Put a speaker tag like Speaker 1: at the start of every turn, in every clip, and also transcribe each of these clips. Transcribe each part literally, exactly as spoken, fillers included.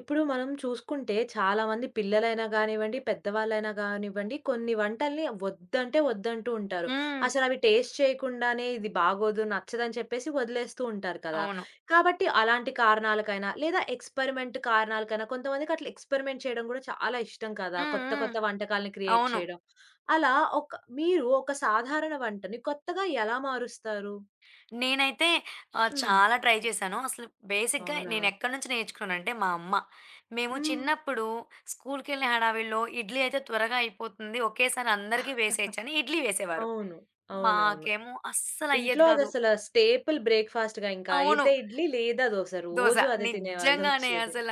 Speaker 1: ఇప్పుడు మనం చూసుకుంటే చాలామంది పిల్లలైనా గానివ్వండి, పెద్దవాళ్ళైనా గానివ్వండి, కొన్ని వంటల్ని వద్దంటే వద్దంటూ ఉంటారు.
Speaker 2: హ్మ్.
Speaker 1: అసలవి టేస్ట్ చేయకుండానే ఇది బాగోదు, నచ్చదని చెప్పేసి వదిలేస్తూ ఉంటారు కదా!
Speaker 2: అవును.
Speaker 1: కాబట్టి అలాంటి కారణాలకైనా, లేదా ఎక్స్‌పెరిమెంట్ కారణాలకైనా కొంతమందికి అట్లా ఎక్స్‌పెరిమెంట్ చేయడం గూడా చాలా ఇష్టం కదా!
Speaker 2: హ్మ్.
Speaker 1: కొత్త
Speaker 2: హ్మ్.
Speaker 1: కొత్త వంటకాలను క్రియేట్
Speaker 2: అవును.
Speaker 1: చేయడం. అలా ఒక మీరు ఒక సాధారణ వంటని కొత్తగా ఎలా మారుస్తారు?
Speaker 2: నేనైతే ఆహ్,
Speaker 1: హ్మ్.
Speaker 2: చాలా ట్రై చేశాను. అసలు బేసిక్‌గా
Speaker 1: అవునా?
Speaker 2: నేనెక్కడి నుంచి నేర్చుకున్నానంటే మా అమ్మ. మేము
Speaker 1: హ్మ్.
Speaker 2: చిన్నప్పుడు స్కూల్‌కెళ్ళే హడావిడిలో ఇడ్లీ అయితే త్వరగా అయిపోతుంది. ఒకేసారి అందరికీ వేసేయొచ్చని ఇడ్లీ వేసేవారు.
Speaker 1: అవును. అవునవును.
Speaker 2: మాకేమో
Speaker 1: ఇంట్లో
Speaker 2: అస్సలయ్యేది కాదు.
Speaker 1: అదసల స్టేపుల్ బ్రేక్‌ఫాస్ట్‌గా ఇంకా.
Speaker 2: అవును.
Speaker 1: అయితే ఇడ్లీ లేదా దోస
Speaker 2: దోస.
Speaker 1: రోజు అదే
Speaker 2: నిజంగానే
Speaker 1: తినేవాళ్ళొచ్చేది.
Speaker 2: అసల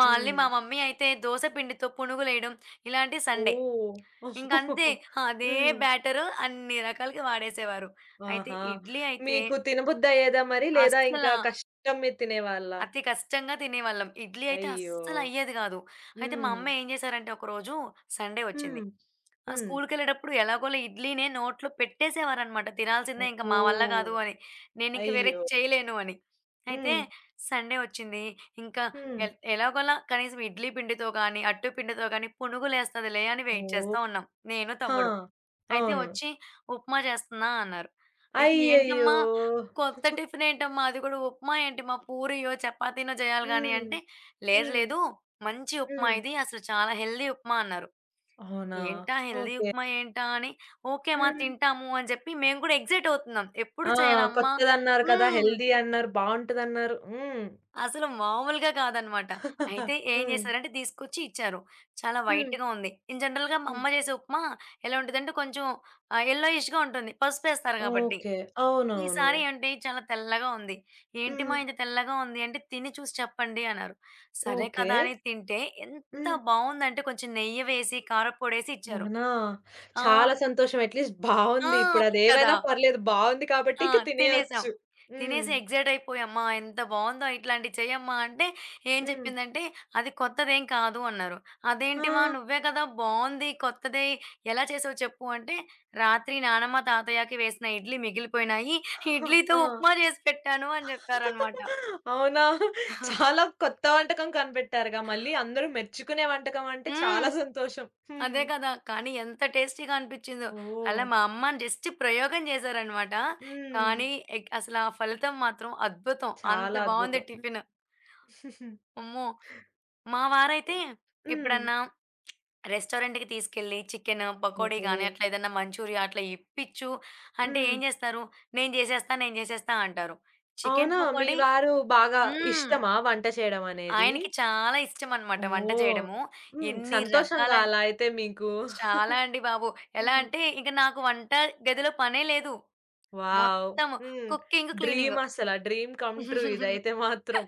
Speaker 2: మళ్ళీ
Speaker 1: హ్మ్.
Speaker 2: మా మమ్మీ అయితే దోస పిండితో పునుగులేయడం ఇలాంటివి సండే.
Speaker 1: ఓహ్!
Speaker 2: ఇంకంతే. అదే
Speaker 1: హ్మ్.
Speaker 2: బ్యాటరు అన్ని రకాలుగా వాడేసేవారు. అయితే
Speaker 1: ఆహా!
Speaker 2: ఇడ్లీ అయితే
Speaker 1: మీకు తినబుద్దయ్యేదా మరి? లేదా
Speaker 2: అస్సల
Speaker 1: ఇంకా కష్టం మీద తినేవాళ్ళా?
Speaker 2: అతి కష్టంగా తినేవాళ్ళం. ఇడ్లీ అయితే
Speaker 1: అయ్యో!
Speaker 2: అస్సలయ్యేది గాదు. అయితే మా
Speaker 1: హ్మ్.
Speaker 2: అమ్మ ఏం జేశారంటే ఒకరోజు సండే వచ్చింది.
Speaker 1: హ్మ్.
Speaker 2: ఆ
Speaker 1: హ్మ్.
Speaker 2: స్కూలుకెళ్ళేటప్పుడు ఎలాగోలా ఇడ్లీనే నోట్లో పెట్టేసేవారనమాట. తినాల్సిందే ఇంక మా వల్ల
Speaker 1: ఓహ్!
Speaker 2: గాదు అని. నేనింక
Speaker 1: అయ్యో!
Speaker 2: వేరేది చేయలేను అని. అయితే
Speaker 1: హ్మ్.
Speaker 2: సండే వచ్చింది. ఇంకా
Speaker 1: హ్మ్.
Speaker 2: ఎల్ ఎలాగోలా కనీసం ఇడ్లీ పిండితో గానీ, అట్టు పిండితో గానీ పునుగులేస్తదిలే అని వెయిట్
Speaker 1: ఓహ్!
Speaker 2: చేస్తా ఉన్నాం నేను,
Speaker 1: హా!
Speaker 2: తమ్ముడు. అయితే
Speaker 1: అవును.
Speaker 2: వచ్చి ఉప్మా చేస్తున్నా అన్నారు. అయితే
Speaker 1: అయ్యయ్యో!
Speaker 2: ఏంటమ్మా! కొత్త టిఫిన్ ఏంటమ్మా! అది కూడా ఉప్మా ఏంటి, మా పూరియో, చపాతీనో చేయాలి గాని
Speaker 1: హ్మ్.
Speaker 2: అంటే, లేదు
Speaker 1: హ్మ్.
Speaker 2: లేదు మంచి ఉప్మా
Speaker 1: హ్మ్.
Speaker 2: ఇది. అసలు చాలా హెల్తీ ఉప్మా అన్నారు.
Speaker 1: అవునా?
Speaker 2: ఏంటా హెల్తీ
Speaker 1: ఓకే.
Speaker 2: ఉప్మా ఏంటా అని ఓకే మా
Speaker 1: హ్మ్.
Speaker 2: తింటాము అని చెప్పి మేము కూడా ఎక్సైట్ అవుతున్నాం. ఎప్పుడు
Speaker 1: ఆ!
Speaker 2: చేయనమ్మా.
Speaker 1: కొత్తదన్నారు కదా!
Speaker 2: హ్మ్.
Speaker 1: హెల్తీ అన్నారు. బావుంటదన్నారు. హ్మ్.
Speaker 2: అసలు మామూలుగా కాదనమాట. అయితే ఏం
Speaker 1: హ్మ్.
Speaker 2: చేశారంటే తీసుకొచ్చి ఇచ్చారు. చాలా
Speaker 1: హ్మ్.
Speaker 2: వైట్‌గా ఉంది. ఇన్ జనరల్‌గా మా
Speaker 1: హ్మ్.
Speaker 2: అమ్మ చేసే ఉప్మా ఎలా ఉంటదంటే కొంచెం ఆహ్, యెల్లోయిష్‌గా ఉంటుంది. పసుపేస్తారు కాబట్టి.
Speaker 1: ఓకే. అవునవును.
Speaker 2: ఈసారి ఏంటి చాలా తెల్లగా ఉంది. "ఏంటి
Speaker 1: హ్మ్.
Speaker 2: మా ఇంత తెల్లగా ఉంది" అంటే, "తిని చూసి చెప్పండి" అన్నారు. సరే
Speaker 1: ఓకే.
Speaker 2: కదా అని తింటే ఎంత
Speaker 1: హ్మ్.
Speaker 2: బావుందంటే, కొంచెం నెయ్యి వేసి, కారప్పొడేసి ఇచ్చారు.
Speaker 1: అవునా!
Speaker 2: ఆ!
Speaker 1: చాలా సంతోషం. అట్‌లీస్ట్
Speaker 2: ఆ!
Speaker 1: బావుంది. ఇప్పుడదేమైనా
Speaker 2: కదా!
Speaker 1: పర్లేదు. బావుంది కాబట్టి
Speaker 2: ఆ!
Speaker 1: ఇక
Speaker 2: తినేసాం.
Speaker 1: తినేయొచ్చు. హ్మ్.
Speaker 2: తినేసి ఎక్సైట్ అయిపోయి, "అమ్మా! ఎంత బావుందో, ఇట్లాంటివి చెయ్యమ్మా" అంటే, ఏం
Speaker 1: హ్మ్.
Speaker 2: చెప్పిందంటే, "అది కొత్తదేం కాదు" అన్నారు.
Speaker 1: ఆ!
Speaker 2: "అదేంటిమా! నువ్వే కదా! బావుంది కొత్తది. ఎలా చేసావు చెప్పు" అంటే, "రాత్రి నానమ్మ, తాతయ్యకి వేసిన ఇడ్లీ మిగిలిపోయినాయి. ఇడ్లీతో
Speaker 1: ఆ!
Speaker 2: ఉప్మా చేసి పెట్టాను" అని చెప్పారనమాట.
Speaker 1: అవునా! చాలా కొత్త వంటకం కనిపెట్టారుగా మళ్ళీ. అందరూ మెచ్చుకునే వంటకం అంటే
Speaker 2: హ్మ్.
Speaker 1: చాలా సంతోషం. హ్మ్.
Speaker 2: అదే కదా! కానీ ఎంత టేస్టీగా అనిపిచ్చిందో.
Speaker 1: ఓహ్!
Speaker 2: అలా మా అమ్మ జస్ట్ ప్రయోగం చేశారనమాట.
Speaker 1: హ్మ్.
Speaker 2: కానీ ఎగ్ అసలా ఫలితం మాత్రం అద్భుతం. అంత
Speaker 1: చాలా
Speaker 2: బావుంది
Speaker 1: అద్భుతం.
Speaker 2: టిఫిను. అమ్మో! మా వారైతే
Speaker 1: హ్మ్.
Speaker 2: ఎప్పుడన్నా రెస్టారెంట్‌కి తీసుకెళ్ళి చికెను, పకోడీ
Speaker 1: ఓహో!
Speaker 2: గాని, అట్లా ఏదన్నా మంచూరియా అట్లా ఇప్పిచ్చు అంటే
Speaker 1: హ్మ్.
Speaker 2: ఏం జేస్తారు? "నేను జేసేస్తా, నేను జేసేస్తా" అంటారు. చికెన్
Speaker 1: అవునా? మీ
Speaker 2: పకోడీ.
Speaker 1: వారు బాగా
Speaker 2: హ్మ్.
Speaker 1: ఇష్టమా వంట చేయడం అనేది?
Speaker 2: ఆయనకి చాలా ఇష్టమనమాట వంట
Speaker 1: ఓహ్!
Speaker 2: చేయడము.
Speaker 1: హ్మ్.
Speaker 2: ఎన్ని రకాల
Speaker 1: సంతోషంగా అలా అయితే మీకు.
Speaker 2: చాలా అండి బాబు. ఎలా
Speaker 1: హ్మ్.
Speaker 2: అంటే, ఇంక నాకు వంట గదిలో పనే లేదు.
Speaker 1: వావ్!
Speaker 2: మొత్తం
Speaker 1: హ్మ్.
Speaker 2: Cooking, cleaning.
Speaker 1: డ్రీమ్ అసల. డ్రీమ్ కమ్ ట్రూ ఇదైతే మాత్రం.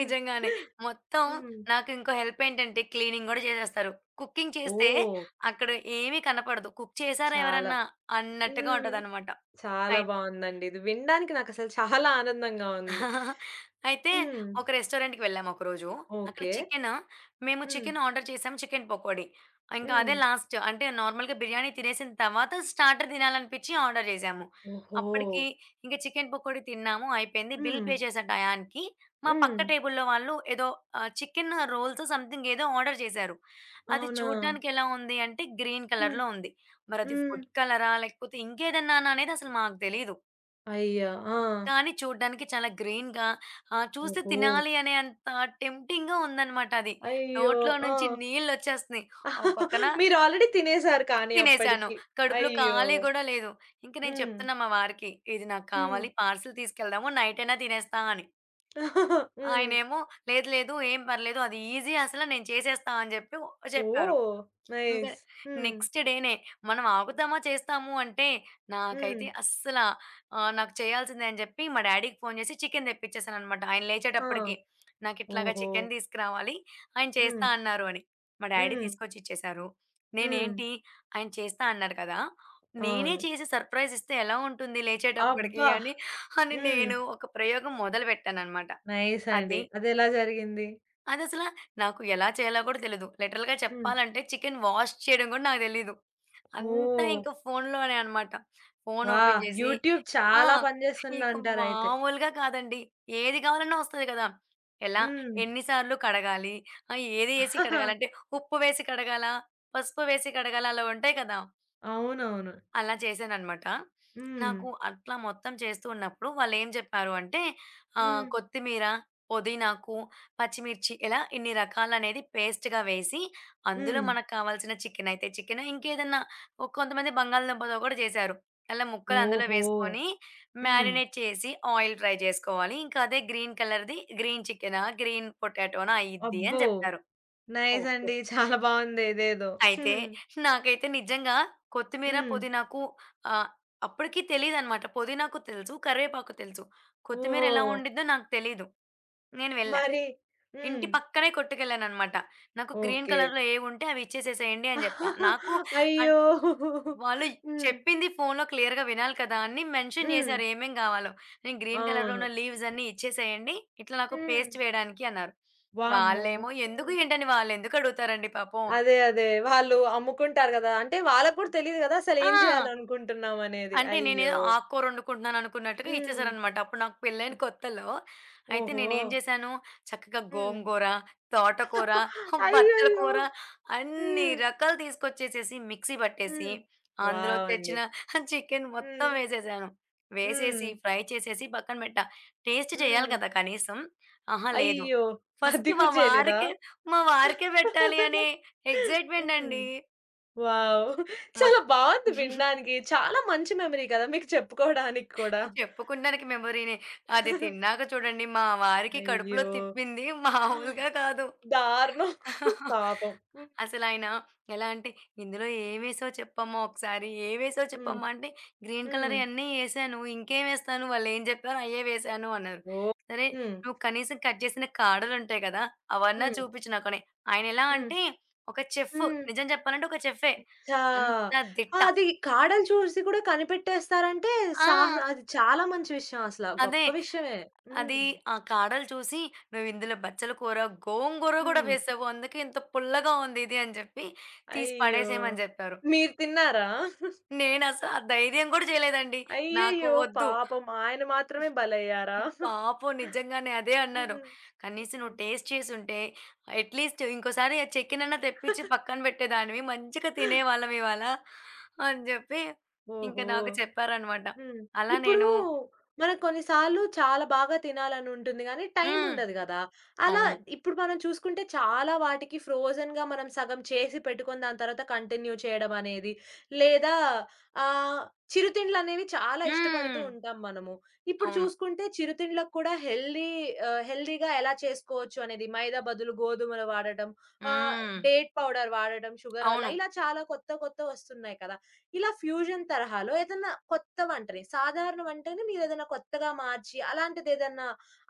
Speaker 2: నిజంగానే. మొత్తం
Speaker 1: హ్మ్.
Speaker 2: నాకింకో హెల్ప్ ఏంటంటే క్లీనింగ్ గూడా చేసేస్తారు. కుకింగ్ చేస్తే
Speaker 1: ఓహ్!
Speaker 2: అక్కడ ఏమీ కనపడదు. కుక్ చేసారా
Speaker 1: చాలా
Speaker 2: ఎవరన్నా అన్నట్టుగా
Speaker 1: హ్మ్.
Speaker 2: ఉంటదనమాట.
Speaker 1: చాలా బావుందండి. ఇది వినడానికి నాకసలు చాలా ఆనందంగా ఉంది.
Speaker 2: అయితే
Speaker 1: హ్మ్.
Speaker 2: ఒక రెస్టారెంట్‌కి వెళ్ళాము ఒకరోజు. అక్కడ
Speaker 1: ఓకే.
Speaker 2: చికెను మేము
Speaker 1: హ్మ్.
Speaker 2: చికెను ఆర్డర్ చేసాము, చికెను పకోడీ. ఇంకా
Speaker 1: హ్మ్.
Speaker 2: అదే లాస్ట్ అంటే నార్మల్‌గా బిర్యానీ తినేసిన తర్వాత స్టార్టర్ తినాలనిపించి ఆర్డర్ చేసాము.
Speaker 1: ఓహో!
Speaker 2: అప్పటికి ఇంక చికెను పకోడీ తిన్నాము, అయిపోయింది. బిల్
Speaker 1: హ్మ్.
Speaker 2: పే చేసే టయానికి మా పక్క
Speaker 1: హ్మ్.
Speaker 2: టేబుల్‌లో వాళ్ళు ఏదో ఆహ్, చికెను రోల్స్ సంథింగ్ ఏదో ఆర్డర్ చేశారు. అది
Speaker 1: అవునా?
Speaker 2: చూడ్డానికి ఎలా ఉంది అంటే గ్రీన్
Speaker 1: హ్మ్.
Speaker 2: కలర్‌లో ఉంది. మరి అది
Speaker 1: హ్మ్.
Speaker 2: ఫుడ్ కలరా? లేకపోతే ఇంకేదన్నానా అనేది అసలు మాకు తెలీదు.
Speaker 1: అయ్యా! ఆ!
Speaker 2: కానీ చూడ్డానికి చాలా గ్రీన్‌గా, ఆహ్, చూస్తే
Speaker 1: ఓహో!
Speaker 2: తినాలి అనే అంత టెంప్టింగ్‌గా ఉందనమాట అది.
Speaker 1: అయ్యో!
Speaker 2: నోట్లో
Speaker 1: ఆ!
Speaker 2: నుంచి నీళ్ళొచ్చేస్తున్నాయి. ఓ పక్కన
Speaker 1: మీరు ఆల్రెడీ తినేసారు కానీ
Speaker 2: తినేసాను.
Speaker 1: అప్పటికి.
Speaker 2: కడుపులో
Speaker 1: అయ్యో!
Speaker 2: ఖాళీ గూడా లేదు. ఇంక నేను
Speaker 1: హ్మ్.
Speaker 2: చెప్తున్నా మా వారికి, "ఇది నాకు
Speaker 1: హ్మ్.
Speaker 2: కావాలి, పార్సెల్ తీసుకెళ్దాము, నైటైనా తినేస్తా" అని.
Speaker 1: హ్మ్.
Speaker 2: ఆయనేమో, "లేదు లేదు ఏం పర్లేదు, అది ఈజీ అసల, నేను చేసేస్తా" అని చెప్పి చెప్పారు.
Speaker 1: ఓహ్!
Speaker 2: ఇంకా
Speaker 1: నైస్. హ్మ్.
Speaker 2: నెక్స్ట్ డేనే మనం ఆగుతామా, చేస్తాము అంటే
Speaker 1: హ్మ్.
Speaker 2: నాకైతే అస్సల, ఆహ్, నాకు చేయాల్సిందే అని చెప్పి మా డ్యాడీకి ఫోను చేసి చికెను తెప్పించేసాననమాట, ఆయన
Speaker 1: ఆ!
Speaker 2: లేచేటప్పటికి. నాకు ఇట్లాగా
Speaker 1: ఓహో!
Speaker 2: చికెను తీసుకురావాలి, ఆయన చేస్తా
Speaker 1: హ్మ్.
Speaker 2: అన్నారు అని. మా డ్యాడీ
Speaker 1: హ్మ్.
Speaker 2: తీసుకొచ్చి ఇచ్చేసారు.
Speaker 1: హ్మ్.
Speaker 2: నేనేంటి ఆయన చేస్తా అన్నారు కదా! నేనే
Speaker 1: అవును.
Speaker 2: చేసి సర్ప్రైజ్ ఇస్తే ఎలా ఉంటుంది లేచేటప్పటికి
Speaker 1: అబ్బా!
Speaker 2: అని, అని
Speaker 1: హ్మ్.
Speaker 2: నేను ఒక ప్రయోగం మొదలుపెట్టాననమాట.
Speaker 1: నైస్ అండి.
Speaker 2: అది
Speaker 1: అదెలా జరిగింది?
Speaker 2: అదసలా నాకు ఎలా చేయాలో కూడా తెలీదు. లిటరల్‌గా
Speaker 1: హ్మ్.
Speaker 2: చెప్పాలంటే చికెన్ వాష్ చేయడం కూడా నాకు తెలీదు. అంతా
Speaker 1: ఓహ్!
Speaker 2: ఇంకా ఫోనులోనే అనమాట. ఫోను ఓపెన్
Speaker 1: వాహ్!
Speaker 2: చేసి.
Speaker 1: యూట్యూబ్
Speaker 2: ఆ!
Speaker 1: చాలా పని
Speaker 2: ఇక
Speaker 1: జేసుకుందంటారయితే.
Speaker 2: మామూలుగా కాదండి. ఏది కావాలన్నా వస్తది కదా! ఎలా
Speaker 1: హ్మ్.
Speaker 2: ఎన్ని సార్లు కడగాలి? ఆహ్, ఏది ఏసి కడగాలంటే ఉప్పు వేసి కడగాలా? పసుపు వేసి కడగాలా? అలా ఉంటాయి కదా!
Speaker 1: అవునవును.
Speaker 2: అలా చేశాననమాట.
Speaker 1: హ్మ్.
Speaker 2: నాకు అట్లా మొత్తం చేస్తూ ఉన్నప్పుడు వాళ్ళేం జెప్పారు అంటే, ఆహ్,
Speaker 1: హ్మ్.
Speaker 2: కొత్తిమీర, పొదీనాకు, పచ్చిమిర్చి ఇలా ఇన్ని రకాలనేది పేస్ట్‌గా వేసి, అందులో
Speaker 1: హ్మ్.
Speaker 2: మనకు కావాల్సిన చికెనయితే చికెను, ఇంకేదన్నా. ఒ కొంతమంది బంగాళదుంపతో గూడా జేశారు. అలా ముక్కలు అందులో
Speaker 1: ఓహో!
Speaker 2: వేసుకొని
Speaker 1: హ్మ్.
Speaker 2: మ్యారినేట్ చేసి ఆయిల్ ఫ్రై జేసుకోవాలి. ఇంకా అదే గ్రీన్ కలర్‌ది గ్రీన్ చికెనా, గ్రీన్ పొటాటోనా అయ్యిద్ది అని
Speaker 1: అబ్బో!
Speaker 2: జెప్పారు.
Speaker 1: Nice
Speaker 2: okay.
Speaker 1: అండి. చాలా బావుంది ఇదేదో.
Speaker 2: అయితే నాకైతే నిజంగా కొత్తిమీర,
Speaker 1: హ్మ్.
Speaker 2: పుదీనాకు ఆహ్, అప్పటికి తెలీదనమాట. పుదీనాకు తెలుసు, కరివేపాకు తెలుసు. కొత్తిమీర ఎలా
Speaker 1: ఓహ్!
Speaker 2: ఉండిద్దో నాకు తెలీదు. నేను వెళ్ళా.
Speaker 1: మరి హ్మ్.
Speaker 2: ఇంటి పక్కనే కొట్టుకెళ్ళాననమాట. నాకు గ్రీన్
Speaker 1: ఓకే.
Speaker 2: కలర్‌లో ఏవుంటే అవి ఇచ్చేసేసేయండి అని జెప్పా. నాకు అన్
Speaker 1: అయ్యో!
Speaker 2: వాళ్ళు
Speaker 1: హ్మ్.
Speaker 2: చెప్పింది ఫోన్‌లో క్లియర్‌గా వినాలి కదా అని మెన్షన్
Speaker 1: హ్మ్.
Speaker 2: జేశారు ఏమేం గావాలో. నేను గ్రీన్ కలర్‌లో
Speaker 1: అవును.
Speaker 2: ఉన్న లీవ్స్ అన్నీ ఇచ్చేసేయండి, ఇట్లా నాకు
Speaker 1: హ్మ్.
Speaker 2: పేస్ట్ వేయడానికి అన్నారు.
Speaker 1: వామ్మో!
Speaker 2: వాళ్ళేమో
Speaker 1: హ్మ్.
Speaker 2: ఎందుకు ఏంటని వాళ్ళెందుకు అడుగుతారండి పాపం.
Speaker 1: అదే. అదే. వాళ్ళు అమ్ముకుంటారు గదా! అంటే వాళ్ళకి కూడా తెలీదు గదా! అసలు ఏం
Speaker 2: ఆ!
Speaker 1: చేయాలనుకుంటున్నామనేది.
Speaker 2: అంటే నేనేదో
Speaker 1: అయ్యో!
Speaker 2: ఆకుకూర వండుకుంటున్నాను అనుకున్నట్టుగా
Speaker 1: హ్మ్.
Speaker 2: ఇచ్చేసారనమాట, అప్పుడు నాకు పెళ్ళైన కొత్తలో. అయితే
Speaker 1: ఓహో!
Speaker 2: నేనేం జేశాను, చక్కగా
Speaker 1: హ్మ్.
Speaker 2: గోంగూర, తోటకూర, బచ్చల
Speaker 1: అయ్యయ్యో!
Speaker 2: కూర అన్ని
Speaker 1: హ్మ్.
Speaker 2: రకాలు తీసుకొచ్చేసేసి మిక్సీ పట్టేసి,
Speaker 1: హ్మ్.
Speaker 2: అందులో
Speaker 1: వావ్! అండి.
Speaker 2: తెచ్చిన చికెను మొత్తం
Speaker 1: హ్మ్.
Speaker 2: వేసేసాను.
Speaker 1: హ్మ్.
Speaker 2: వేసేసి, ఫ్రై చేసేసి పక్కన పెట్టా. టేస్ట్ చేయాలి
Speaker 1: హ్మ్.
Speaker 2: కదా కనీసం. అహా! లేదు.
Speaker 1: అయ్యో! అది
Speaker 2: ఫస్ట్ మా
Speaker 1: కూడా చేయలేదా?
Speaker 2: వారికే మా వారికే పెట్టాలి అనే ఎక్సైట్‌మెంట్
Speaker 1: హ్మ్.
Speaker 2: అండి.
Speaker 1: వావ్! చాలా
Speaker 2: మొత్తం
Speaker 1: బావుంది వినడానికి. చాలా మంచి మెమరీ కదా! మీకు చెప్పుకోవడానికి కూడా.
Speaker 2: చెప్పుకున్నానికి మెమొరీనే. అది తిన్నాక చూడండి, మా వారికి కడుపులో
Speaker 1: అయ్యో!
Speaker 2: తిప్పింది మామూలుగా కాదు.
Speaker 1: దారుణం. పాపం. హ్మ్.
Speaker 2: అసలాయన ఎలా అంటే, "ఇందులో ఏమేసావో చెప్పమ్మా ఒకసారి, ఏవేసావో
Speaker 1: హ్మ్.
Speaker 2: చెప్పమ్మా" అంటే, "గ్రీన్
Speaker 1: హ్మ్.
Speaker 2: కలర్‌యి అన్నీ ఏసాను. ఇంకేం ఏస్తాను? వాళ్ళేం చెప్పారో అయ్యే వేశాను" అన్నారు.
Speaker 1: ఓహ్!
Speaker 2: "సరే,
Speaker 1: హ్మ్.
Speaker 2: నువ్వు కనీసం కట్ చేసిన కాడలుంటాయి కదా! అవన్నా
Speaker 1: హ్మ్.
Speaker 2: చూపించు నాకని." ఆయనెలా
Speaker 1: హ్మ్.
Speaker 2: అంటే ఒక చెఫ్.
Speaker 1: హ్మ్.
Speaker 2: నిజం చెప్పాలంటే ఒక చెఫే.
Speaker 1: ఆ!
Speaker 2: అంత
Speaker 1: ఆ!
Speaker 2: దిట్ట.
Speaker 1: అది కాడలు చూసి కూడా కనిపెట్టేస్తారంటే
Speaker 2: ఆ!
Speaker 1: సాహ అది చాలా మంచి విషయం అసల.
Speaker 2: అదే.
Speaker 1: గొప్ప విషయమే.
Speaker 2: అది
Speaker 1: హ్మ్.
Speaker 2: ఆ కాడలు చూసి, "నువ్విందులో బచ్చల కూర, గోంగూర గూడా
Speaker 1: హ్మ్.
Speaker 2: వేసావు. అందుకే ఇంత పుల్లగా ఉంది ఇది" అని చెప్పి తీసి
Speaker 1: అయ్యో!
Speaker 2: పడేసేయమని జెప్పారు.
Speaker 1: మీరు తిన్నారా?
Speaker 2: నేనసలు ఆ ధైర్యం గూడా చేయలేదండి. నాకు
Speaker 1: అయ్యయ్యో!
Speaker 2: వద్దు.
Speaker 1: పాపం ఆయన మాత్రమే బలయ్యారా?
Speaker 2: పాపం నిజంగానే అదే అన్నారు.
Speaker 1: హ్మ్.
Speaker 2: "కనీసం నువ్వు
Speaker 1: హ్మ్.
Speaker 2: టేస్ట్ చేసుంటే అట్‌లీస్ట్ ఇంకోసారి ఆ చికెనన్నా తెప్పించి పక్కన పెట్టేదానివి. మంచిగా తినేవాళ్ళం ఇవాళ" అని జెప్పి ఇంక
Speaker 1: ఓహో!
Speaker 2: నాకు చెప్పారనమాట.
Speaker 1: హ్మ్.
Speaker 2: అలా
Speaker 1: ఇప్పుడు
Speaker 2: నేను.
Speaker 1: మనకు కొన్నిసార్లు చాలా బాగా తినాలని ఉంటుంది గానీ, టైం
Speaker 2: హ్మ్.
Speaker 1: ఉండదు గదా! అలా
Speaker 2: అవును.
Speaker 1: ఇప్పుడు మనం చూసుకుంటే చాలా వాటికి ఫ్రోజెన్‌గా మనం సగం చేసి పెట్టుకొని దాని తర్వాత కంటిన్యూ చేయడం అనేది, లేదా ఆహ్, చిరుతిండ్లనేవి చాలా ఇష్టపడుతూ
Speaker 2: హ్మ్.
Speaker 1: ఉంటాం మనము. ఇప్పుడు
Speaker 2: అవును.
Speaker 1: చూసుకుంటే చిరుతిండ్లకు కూడా హెల్తీ ఆహ్, హెల్తీగా ఎలా చేసుకోవచ్చు అనేది మైదా బదులు గోధుమలు వాడటం, ఆహ్,
Speaker 2: హ్మ్.
Speaker 1: డేట్ పౌడర్ వాడటం షుగర్ వల్ల
Speaker 2: అవును.
Speaker 1: ఇలా చాలా కొత్త కొత్త వస్తున్నాయి కదా! ఇలా ఫ్యూజన్ తరహాలో ఏదన్నా కొత్త వంటని, సాధారణ వంటని మీరేదైనా కొత్తగా మార్చి, అలాంటిదేదన్నా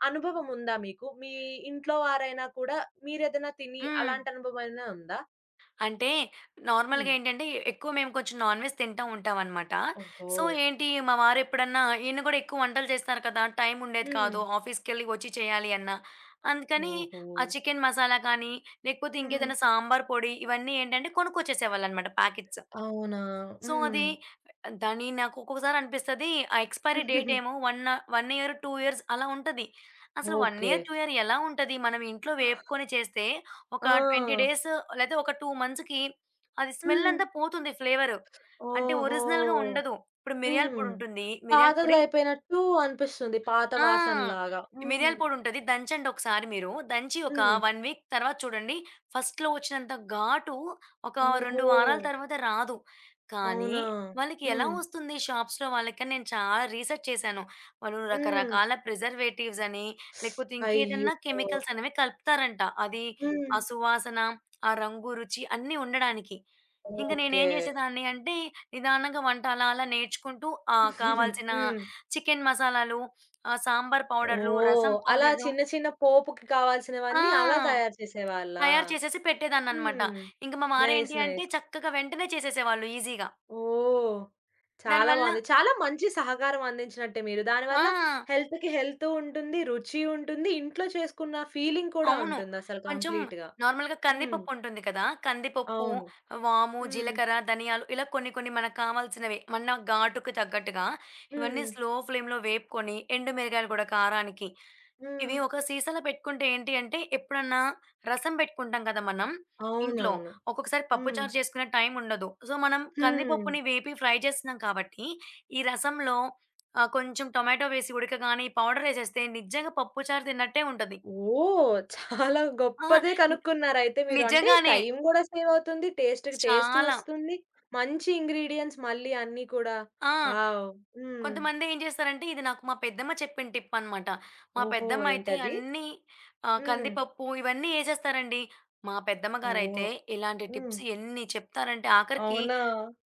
Speaker 1: అనుభవం ఉందా మీకు? మీ ఇంట్లో వారైనా కూడా మీరేదైనా తిని
Speaker 2: హ్మ్.
Speaker 1: అలాంటి అనుభవం ఏమైనా ఉందా?
Speaker 2: అంటే నార్మల్‌గా
Speaker 1: హ్మ్.
Speaker 2: ఏంటంటే ఎక్కువ మేము కొంచెం నాన్‌వెజ్ తింటా ఉంటామనమాట.
Speaker 1: ఓహో!
Speaker 2: సో, ఏంటి మా వారు ఎప్పుడన్నా, ఈయన కూడా ఎక్కువ వంటలు చేస్తారు కదా, టైం ఉండేది
Speaker 1: హ్మ్.
Speaker 2: కాదు, ఆఫీస్‌కెళ్ళి వచ్చి చేయాలి అన్నా. అందుకని
Speaker 1: ఓహో!
Speaker 2: ఆ చికెన్ మసాలా కానీ, లేకపోతే
Speaker 1: హ్మ్.
Speaker 2: ఇంకేదైనా సాంబార్ పొడి ఇవన్నీ ఏంటంటే కొనుక్కొచ్చేసేవాళ్ళనమాట ప్యాకెట్స్.
Speaker 1: అవునా?
Speaker 2: సో,
Speaker 1: హ్మ్.
Speaker 2: అది దాన్ని నాకు ఒక్కొక్కసారి అనిపిస్తది. ఆ ఎక్స్‌పైరీ డేట్ ఏమో వన్ ఆహ్, వన్ ఇయర్, టూ ఇయర్స్ అలా ఉంటది. అసలు one
Speaker 1: okay.
Speaker 2: Year, two year ఎలా ఉంటది? మనం ఇంట్లో వేపుకొని చేస్తే ఒక ట్వంటీ
Speaker 1: ఆ!
Speaker 2: డేస్, లేతే ఒక టూ మంత్స్‌కి అది స్మెల్
Speaker 1: హ్మ్.
Speaker 2: అంతా పోతుంది, ఫ్లేవరు. అంటే
Speaker 1: ఓహో!
Speaker 2: ఒరిజినల్‌గా ఉండదు. ఇప్పుడు మిరియాల పొడి
Speaker 1: హ్మ్.
Speaker 2: ఉంటుంది. మిరియాల పొడి.
Speaker 1: పాతదయిపోయినట్టు అనిపిస్తుంది. పాత
Speaker 2: ఆ!
Speaker 1: వాసనలాగా. హ్మ్.
Speaker 2: మిరియాల పొడుంటది. దంచండి ఒకసారి మీరు. దంచి ఒక
Speaker 1: హ్మ్.
Speaker 2: వన్ వీక్ తర్వాత చూడండి. ఫస్ట్‌లో వచ్చినంత ఘాటు ఒక
Speaker 1: ఓహో!
Speaker 2: రెండు వారాల తర్వాత రాదు. కానీ
Speaker 1: అవునా?
Speaker 2: వాళ్ళకి ఎలా
Speaker 1: హ్మ్.
Speaker 2: వస్తుంది షాప్స్‌లో వాళ్ళకని నేను చాలా రీసెర్చ్ చేశాను. వాళ్ళు
Speaker 1: హ్మ్.
Speaker 2: రకరకాల ప్రిజర్వేటివ్స్ అని, లేకపోతే
Speaker 1: అయ్యో!
Speaker 2: ఇంకేదన్నా కెమికల్స్ అనేవి కలుపుతారంట, అది
Speaker 1: హ్మ్.
Speaker 2: ఆ సువాసన, ఆ రంగు, రుచి అన్నీ ఉండడానికి. ఇంక
Speaker 1: ఓకే.
Speaker 2: నేనేం జేసేదాన్ని అంటే, నిదానంగా వంట అలా అలా నేర్చుకుంటూ ఆహ్, కావాల్సిన
Speaker 1: హ్మ్.
Speaker 2: చికెన్ మసాలాలు, ఆహ్, సాంబార్ పౌడర్‌లు, రసం
Speaker 1: ఓహ్! అలా
Speaker 2: పౌడర్‌లు
Speaker 1: చిన్న చిన్న పోపుకి కావాల్సినవన్నీ అలా
Speaker 2: ఆ!
Speaker 1: తయారు చేసేవాళ్ళా?
Speaker 2: తయారు చేసేసి పెట్టేదాన్ననమాట.
Speaker 1: హ్మ్.
Speaker 2: ఇంక మా
Speaker 1: నైస్.
Speaker 2: వారేంటి అంటే
Speaker 1: నైస్.
Speaker 2: చక్కగా వెంటనే చేసేసేవాళ్ళు ఈజీగా.
Speaker 1: ఓహ్! చాలా
Speaker 2: దానివల్ల
Speaker 1: బావుంది. చాలా మంచి సహకారం అందించినట్టే మీరు.
Speaker 2: ఆ!
Speaker 1: దానివల్ల హెల్త్‌కి హెల్తూ ఉంటుంది, రుచి ఉంటుంది, ఇంట్లో చేసుకున్న ఫీలింగ్ కూడా
Speaker 2: అవును.
Speaker 1: ఉంటుందసలు
Speaker 2: కొంచెం
Speaker 1: కంప్లీట్‌గా.
Speaker 2: నార్మల్‌గా
Speaker 1: హ్మ్.
Speaker 2: కందిపప్పు ఉంటుంది కదా! కందిపప్పు,
Speaker 1: అవును.
Speaker 2: వాము,
Speaker 1: హ్మ్.
Speaker 2: జీలకర్ర, ధనియాలు ఇలా కొన్ని కొన్ని మనకు కావాల్సినవి మన ఘాటుకు తగ్గట్టుగా ఇవన్నీ
Speaker 1: హ్మ్.
Speaker 2: స్లో ఫ్లేమ్‌లో వేపుకొని, ఎండు మిరగాయలు గూడా కారానికి.
Speaker 1: హ్మ్.
Speaker 2: ఇవి ఒక సీసాలో పెట్టుకుంటే ఏంటి అంటే, ఎప్పుడన్నా రసం పెట్టుకుంటాం కదా మనం ఇంట్లో.
Speaker 1: అవునవును.
Speaker 2: ఒక్కొక్కసారి పప్పు
Speaker 1: హ్మ్.
Speaker 2: చారు చేసుకునే టైం ఉండదు. సో, మనం
Speaker 1: హ్మ్.
Speaker 2: కందిపప్పుని వేపి ఫ్రై చేస్తున్నాం కాబట్టి, ఈ రసంలో ఆహ్, కొంచెం టొమాటో వేసి ఉడకగానే ఈ పౌడరేసేస్తే నిజంగా పప్పు చారు తిన్నట్టే ఉంటది.
Speaker 1: ఓహ్! చాలా
Speaker 2: ఆ!
Speaker 1: గొప్పదే
Speaker 2: ని
Speaker 1: కనుక్కున్నారయితే మీరు. అంటే
Speaker 2: నిజంగానే.
Speaker 1: టైం గూడా సేవ్ అవుతుంది. టేస్ట్ టేస్ట్
Speaker 2: చాలా.
Speaker 1: వస్తుంది. మంచి ఇంగ్రీడియెంట్స్ మళ్ళీ అన్నీ కూడా.
Speaker 2: ఆ!
Speaker 1: వావ్! హ్మ్.
Speaker 2: కొంతమంది ఏం చేస్తారంటే, ఇది నాకు మా పెద్దమ్మ చెప్పిన టిప్ అనమాట. మా
Speaker 1: ఓహో!
Speaker 2: పెద్దమ్మ అయితే
Speaker 1: ఏంటది?
Speaker 2: అన్నీ ఆహ్,
Speaker 1: హ్మ్.
Speaker 2: కందిపప్పు ఇవన్నీ ఏసేస్తారండి. మా పెద్దమ్మ గారైతే
Speaker 1: ఓహ్!
Speaker 2: ఇలాంటి
Speaker 1: హ్మ్.
Speaker 2: టిప్స్ ఎన్ని చెప్తారంటే ఆఖరికి
Speaker 1: అవునా?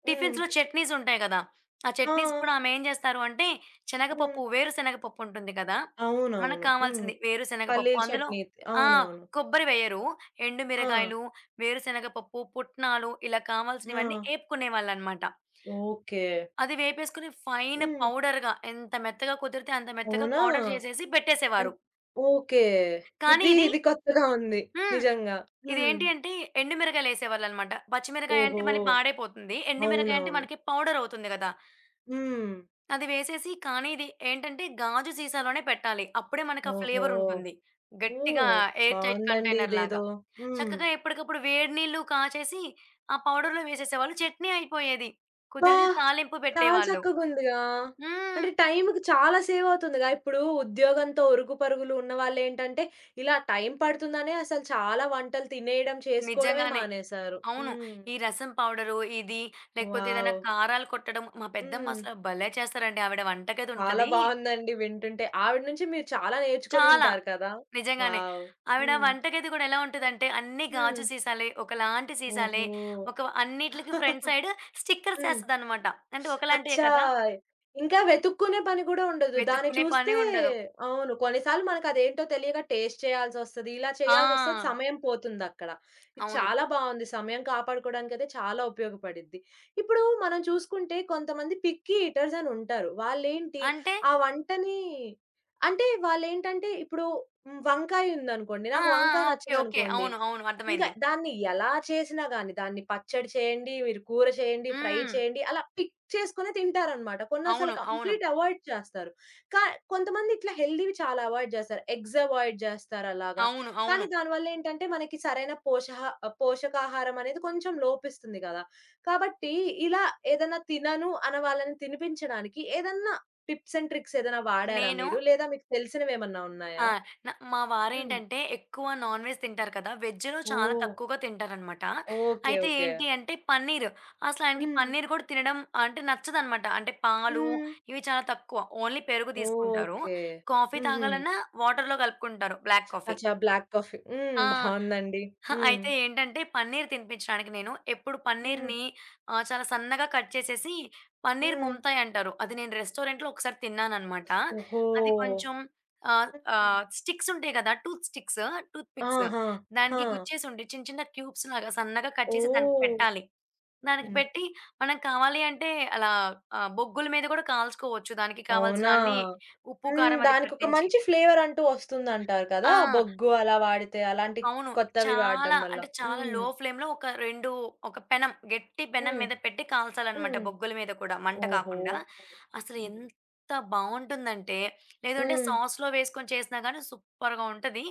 Speaker 1: హ్మ్.
Speaker 2: టిఫిన్స్‌లో చట్నీస్ ఉంటాయి గదా! ఆ
Speaker 1: ఆ!
Speaker 2: చట్నీస్ కూడా ఆమె ఏం చేస్తారు అంటే,
Speaker 1: హ్మ్.
Speaker 2: శనగపప్పు, వేరుశనగ పప్పు ఉంటుంది కదా! మనకు
Speaker 1: అవునవును. హ్మ్.
Speaker 2: కావాల్సింది వేరుశనగ పప్పు
Speaker 1: పల్లీల
Speaker 2: అందులో.
Speaker 1: చట్నీ.
Speaker 2: ఆ!
Speaker 1: అవునవును.
Speaker 2: కొబ్బరి వేయరు.
Speaker 1: ఆ!
Speaker 2: ఎండుమిరగాయలు, వేరుశనగ పప్పు, పుట్నాలు ఇలా కావాల్సినవన్నీ
Speaker 1: ఆ!
Speaker 2: ఏపుకునేవాళ్ళనమాట.
Speaker 1: ఓకే.
Speaker 2: అది వేపేసుకొని ఫైన్
Speaker 1: హ్మ్.
Speaker 2: పౌడర్‌గా ఎంత మెత్తగా కుదిరితే అంత మెత్తగా
Speaker 1: అవునా?
Speaker 2: పౌడర్ చేసేసి
Speaker 1: అన్
Speaker 2: పెట్టేసేవారు.
Speaker 1: ఓకే.
Speaker 2: కానీ
Speaker 1: ఇది
Speaker 2: ఇది.
Speaker 1: ఇది కొత్తగా ఉంది.
Speaker 2: హ్మ్.
Speaker 1: నిజంగా. హ్మ్.
Speaker 2: ఇదేంటి అంటే ఎండుమిరగాయలేసేవాళ్ళనమాట. పచ్చిమిరకాయ అంటే
Speaker 1: ఓహో!
Speaker 2: మళ్ళీ పాడైపోతుంది. ఎండుమిరకాయ అంటే
Speaker 1: అవునవును.
Speaker 2: మనకి పౌడర్ అవుతుంది గదా!
Speaker 1: హ్మ్.
Speaker 2: అది వేసేసి, కానీ ఇది ఏంటంటే గాజు సీసాలోనే పెట్టాలి. అప్పుడే మనకు ఆ
Speaker 1: ఓహో!
Speaker 2: ఫ్లేవర్ ఉంటుంది. గట్టిగా
Speaker 1: ఓహ్!
Speaker 2: ఎయిర్ టైట్
Speaker 1: బావుందండి
Speaker 2: కంటైనర్‌లాగా.
Speaker 1: ఇదేదో. హ్మ్.
Speaker 2: చక్కగా ఎప్పటికప్పుడు వేడి నీళ్లు కాచేసి ఆ పౌడర్‌లో వేసేసేవాళ్ళు. చట్నీ అయిపోయేది.
Speaker 1: అబ్బా!
Speaker 2: కుదిరితే తాలింపు
Speaker 1: చాలా
Speaker 2: పెట్టేవాళ్ళు.
Speaker 1: చక్కగుందిగా.
Speaker 2: హ్మ్.
Speaker 1: అంటే టైంకి చాలా సేవ్ అవుతుందిగా. ఇప్పుడు ఉద్యోగంతో ఉరుకు పరుగులు ఉన్నవాళ్ళేంటంటే, ఇలా టైం పడుతుందనే అసలు చాలా వంటలు తినేయడం, చేసుకోవడమే
Speaker 2: నిజంగానే.
Speaker 1: మానేశారు.
Speaker 2: అవును.
Speaker 1: హ్మ్.
Speaker 2: ఈ రసం పౌడరు, ఇది లేకపోతే ఏదైనా
Speaker 1: వావ్!
Speaker 2: కారాలు కొట్టడం మా పెద్దమ్మ
Speaker 1: హ్మ్.
Speaker 2: అసలు భలే చేస్తారండి. ఆవిడ వంటగది
Speaker 1: చాలా
Speaker 2: ఉంటది.
Speaker 1: బావుందండి వింటుంటే. ఆవిడ నుంచి మీరు చాలా
Speaker 2: చాలా
Speaker 1: నేర్చుకొనుంటారు కదా!
Speaker 2: నిజంగానే.
Speaker 1: వావ్!
Speaker 2: ఆవిడ
Speaker 1: హ్మ్.
Speaker 2: వంటగది గూడా ఎలా ఉంటదంటే అన్ని
Speaker 1: హ్మ్.
Speaker 2: గాజు సీసాలే, ఒకలాంటి సీసాలే,
Speaker 1: ఓహో!
Speaker 2: ఒక అన్నిట్లికి ఫ్రంట్ సైడ్ స్టిక్కర్స్
Speaker 1: హ్మ్.
Speaker 2: ఏస్తదనమాట. అంటే ఒకలాంటియే
Speaker 1: అచ్చా!
Speaker 2: కదా!
Speaker 1: ఇంకా వెతుక్కునే పని కూడా ఉండదు. దాన్ని
Speaker 2: వెతుక్కునే పని
Speaker 1: చూస్తే
Speaker 2: ఉండదు.
Speaker 1: అవును. కొన్నిసార్లు మనకదేంటో తెలియక టేస్ట్ చేయాల్సొస్తది. ఇలా చేయాల్సొస్తది.
Speaker 2: ఆ!
Speaker 1: సమయం పోతుందక్కడ. ఇది
Speaker 2: అవును.
Speaker 1: చాలా బావుంది. సమయం కాపాడుకోవడానికైతే చాలా ఉపయోగపడిద్ది. ఇప్పుడు మనం చూసుకుంటే కొంతమంది పిక్కీ ఈటర్స్ అనుంటారు. వాళ్ళేంటి
Speaker 2: అంటే
Speaker 1: ఆ వంటని అంటే వాళ్ళేంటంటే ఇప్పుడు హ్మ్, వంకాయ ఉందనుకోండి.
Speaker 2: ఆ!
Speaker 1: నాకు
Speaker 2: ఆ!
Speaker 1: వంకాయ
Speaker 2: ఆ! ఓకే. ఓకే.
Speaker 1: నచ్చదనుకోండి.
Speaker 2: అవును. అవును.
Speaker 1: ఇంకా
Speaker 2: అర్థమైంది.
Speaker 1: దాన్ని ఎలా చేసినా గాని దాన్ని పచ్చడి చేయండి, మీరు కూర చేయండి, ఫ్రై
Speaker 2: హ్మ్.
Speaker 1: చేయండి అలా పిక్ చేసుకొని తింటారనమాట. కొన్నసలు
Speaker 2: అవును. అవును.
Speaker 1: కంప్లీట్ అవాయిడ్ చేస్తారు. కా కొంతమంది ఇట్లా హెల్తీవి చాలా అవాయిడ్ చేస్తారు. ఎగ్స్ అవాయిడ్ చేస్తారలాగా.
Speaker 2: అవును. అవును.
Speaker 1: కానీ దానివల్లేంటంటే మనకి సరైన పోషహ ఆహ్, పోషకాహారం అనేది కొంచెం లోపిస్తుంది గదా! కాబట్టి ఇలా ఏదన్నా తినను అన్న వాళ్ళని తినిపించడానికి ఏదన్నా టిప్స్ అండ్ ట్రిక్స్ ఏదైనా వాడారా
Speaker 2: నేను
Speaker 1: మీరు? లేదా మీకు తెలిసినవేమన్నా ఉన్నాయా?
Speaker 2: ఆ! న మా
Speaker 1: హ్మ్.
Speaker 2: వారేంటంటే ఎక్కువ నాన్ వెజ్ తింటారు కదా! వెజ్‌లో చాలా
Speaker 1: ఓహ్!
Speaker 2: తక్కువగా తింటారనమాట.
Speaker 1: ఓకే.
Speaker 2: అయితే
Speaker 1: ఓకే.
Speaker 2: ఏంటి అంటే పన్నీర్. అసలు ఆయనకి
Speaker 1: హ్మ్.
Speaker 2: పన్నీర్ కూడా తినడం అంటే నచ్చదనమాట. అంటే పాలు
Speaker 1: హ్మ్.
Speaker 2: ఇవి చాలా తక్కువ. ఓన్లీ పెరుగు తీసుకుంటారు.
Speaker 1: ఓకే.
Speaker 2: కాఫీ
Speaker 1: హుహు.
Speaker 2: తాగాలన్నా వాటర్‌లో కలుపుకుంటారు, బ్లాక్ కాఫీ.
Speaker 1: అచ్చా! Black coffee. హ్మ్.
Speaker 2: ఆ!
Speaker 1: బావుందండి.
Speaker 2: హా!
Speaker 1: హ్మ్.
Speaker 2: అయితే ఏంటంటే పన్నీర్ తినిపించడానికి నేను ఎప్పుడు
Speaker 1: హ్మ్.
Speaker 2: పన్నీర్‌ని ఆహ్, చాలా సన్నగా కట్ చేసేసి, పన్నీర్
Speaker 1: హ్మ్.
Speaker 2: ముంతాయ్ అంటారు, అది నేను రెస్టారెంట్‌లో ఒకసారి తిన్నాననమాట.
Speaker 1: ఓహో!
Speaker 2: అది కొంచెం ఆహ్,
Speaker 1: హ్మ్.
Speaker 2: ఆహ్, స్టిక్స్ ఉంటాయి కదా! టూత్ స్టిక్స్, టూత్ పిక్స్
Speaker 1: ఆహా! ఆ!
Speaker 2: దానికి గుచ్చేసి ఉంటాయి. చిన్న చిన్న క్యూబ్స్ లాగా సన్నగా కట్ చేసి దానికి
Speaker 1: ఓహ్!
Speaker 2: పెట్టాలి. దానికి
Speaker 1: హ్మ్.
Speaker 2: పెట్టి మనం కావాలి అంటే అలా, ఆహ్, బొగ్గుల మీద కూడా కాల్చుకోవచ్చు. దానికి కావాల్సిన
Speaker 1: అవునా!
Speaker 2: అన్ని ఉప్పు,
Speaker 1: హ్మ్.
Speaker 2: కారం అది
Speaker 1: దానికొక
Speaker 2: పట్టించి.
Speaker 1: మంచి ఫ్లేవర్ అంటూ వస్తుందంటారు
Speaker 2: ఆ!
Speaker 1: కదా! బొగ్గు అలా వాడితే అలాంటి
Speaker 2: అవును.
Speaker 1: కొత్తవి
Speaker 2: చాలా
Speaker 1: వాడడం వల్ల.
Speaker 2: అంటే చాలా
Speaker 1: హ్మ్.
Speaker 2: లో ఫ్లేమ్‌లో ఒక రెండు, ఒక పెనం, గట్టి పెనం
Speaker 1: హ్మ్.
Speaker 2: మీద పెట్టి కాల్చాలనమాట,
Speaker 1: హ్మ్.
Speaker 2: బొగ్గుల మీద కూడా మంట
Speaker 1: ఓహో!
Speaker 2: కాకుండా. అసలు
Speaker 1: హ్మ్.
Speaker 2: ఎంత బావుంటుందంటే, లేదంటే
Speaker 1: హ్మ్.
Speaker 2: సాస్‌లో వేసుకొని చేసినా గానీ సూపర్‌గా ఉంటది.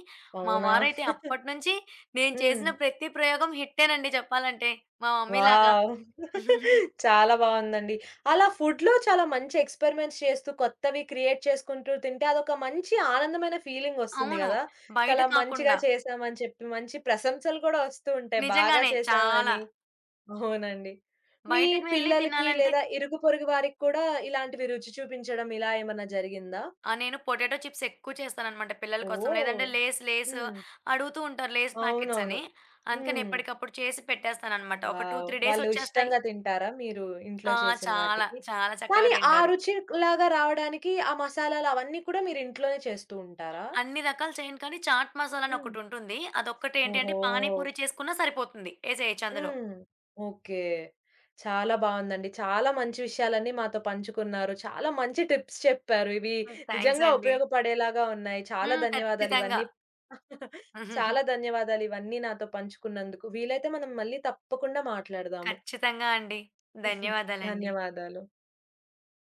Speaker 2: మా
Speaker 1: అవునా!
Speaker 2: వారైతే అప్పటినుంచి నేను
Speaker 1: హ్మ్.
Speaker 2: చేసిన ప్రతి ప్రయోగం హిట్టేనండి చెప్పాలంటే, మా మమ్మీలాగా.
Speaker 1: వావ్! చాలా బావుందండి. అలా ఫుడ్‌లో చాలా మంచి ఎక్స్‌పెరిమెంట్స్ చేస్తూ, కొత్తవి క్రియేట్ చేసుకుంటూ తింటే అదొక మంచి ఆనందమైన ఫీలింగొస్తుంది
Speaker 2: అవును.
Speaker 1: గదా!
Speaker 2: బయట
Speaker 1: చాలా మంచిగా
Speaker 2: కాకుండా
Speaker 1: చేశామని చెప్పి, మంచి ప్రశంసలు కూడా ఒస్తూ ఉంటాయి బాగా
Speaker 2: నిజంగానే చాలా.
Speaker 1: చేశావని. అవునండి. మీ
Speaker 2: బయటకి వెళ్లి
Speaker 1: పిల్లలకి
Speaker 2: తినాలంటే.
Speaker 1: లేదా ఇరుగు పొరుగు వారికి కూడా ఇలాంటివి రుచి చూపించడం ఇలా ఏమన్నా జరిగిందా?
Speaker 2: ఆ! నేను పొటాటో చిప్స్ ఎక్కువ చేస్తాననమాట పిల్లల కోసం.
Speaker 1: ఓహ్!
Speaker 2: లేదంటే లేస్ లేస్
Speaker 1: హ్మ్.
Speaker 2: అడుగుతూ ఉంటారు, లేస్ ప్యాకెట్స్
Speaker 1: అవునవును.
Speaker 2: అని. అందుకని
Speaker 1: హ్మ్.
Speaker 2: ఎప్పటికప్పుడు చేసి పెట్టేస్తాననమాట. ఒక టూ,
Speaker 1: వావ్!
Speaker 2: త్రీ డేస్
Speaker 1: వాళ్ళు
Speaker 2: వచ్చేస్తాయి.
Speaker 1: ఇష్టంగా తింటారా మీరు ఇంట్లో
Speaker 2: ఆ!
Speaker 1: చేసిన
Speaker 2: చాలా.
Speaker 1: వాటికి?
Speaker 2: చాలా చక్కగా
Speaker 1: కానీ ఆ
Speaker 2: తింటారు.
Speaker 1: రుచిలాగా రావడానికి ఆ మసాలాలు అవన్నీ కూడా మీరు ఇంట్లోనే చేస్తూ ఉంటారా?
Speaker 2: అన్ని రకాలు చేయను కానీ చాట్ మసాలా అని
Speaker 1: హ్మ్.
Speaker 2: ఒకటుంటుంది. అదొక్కటి ఏంటి
Speaker 1: ఓహో!
Speaker 2: అంటే పానీ పూరి చేసుకున్నా సరిపోతుంది. ఏసేయొచ్చు అందులో.
Speaker 1: హ్మ్. ఓకే. చాలా బావుందండి. చాలా మంచి విషయాలన్నీ మాతో పంచుకున్నారు. చాలా మంచి టిప్స్ చెప్పారు. ఇవి
Speaker 2: హ్మ్. థాంక్స్
Speaker 1: నిజంగా
Speaker 2: అండి.
Speaker 1: ఉపయోగపడేలాగా ఉన్నాయి. చాలా
Speaker 2: హ్మ్.
Speaker 1: ధన్యవాదాలు
Speaker 2: ఖచ్చితంగా.
Speaker 1: ఇవన్నీ చాలా ధన్యవాదాలు ఇవన్నీ నాతో పంచుకున్నందుకు. వీలైతే మనం మళ్ళీ తప్పకుండా మాట్లాడదాము.
Speaker 2: ఖచ్చితంగా అండి. ధన్యవాదాలండి.
Speaker 1: ధన్యవాదాలు.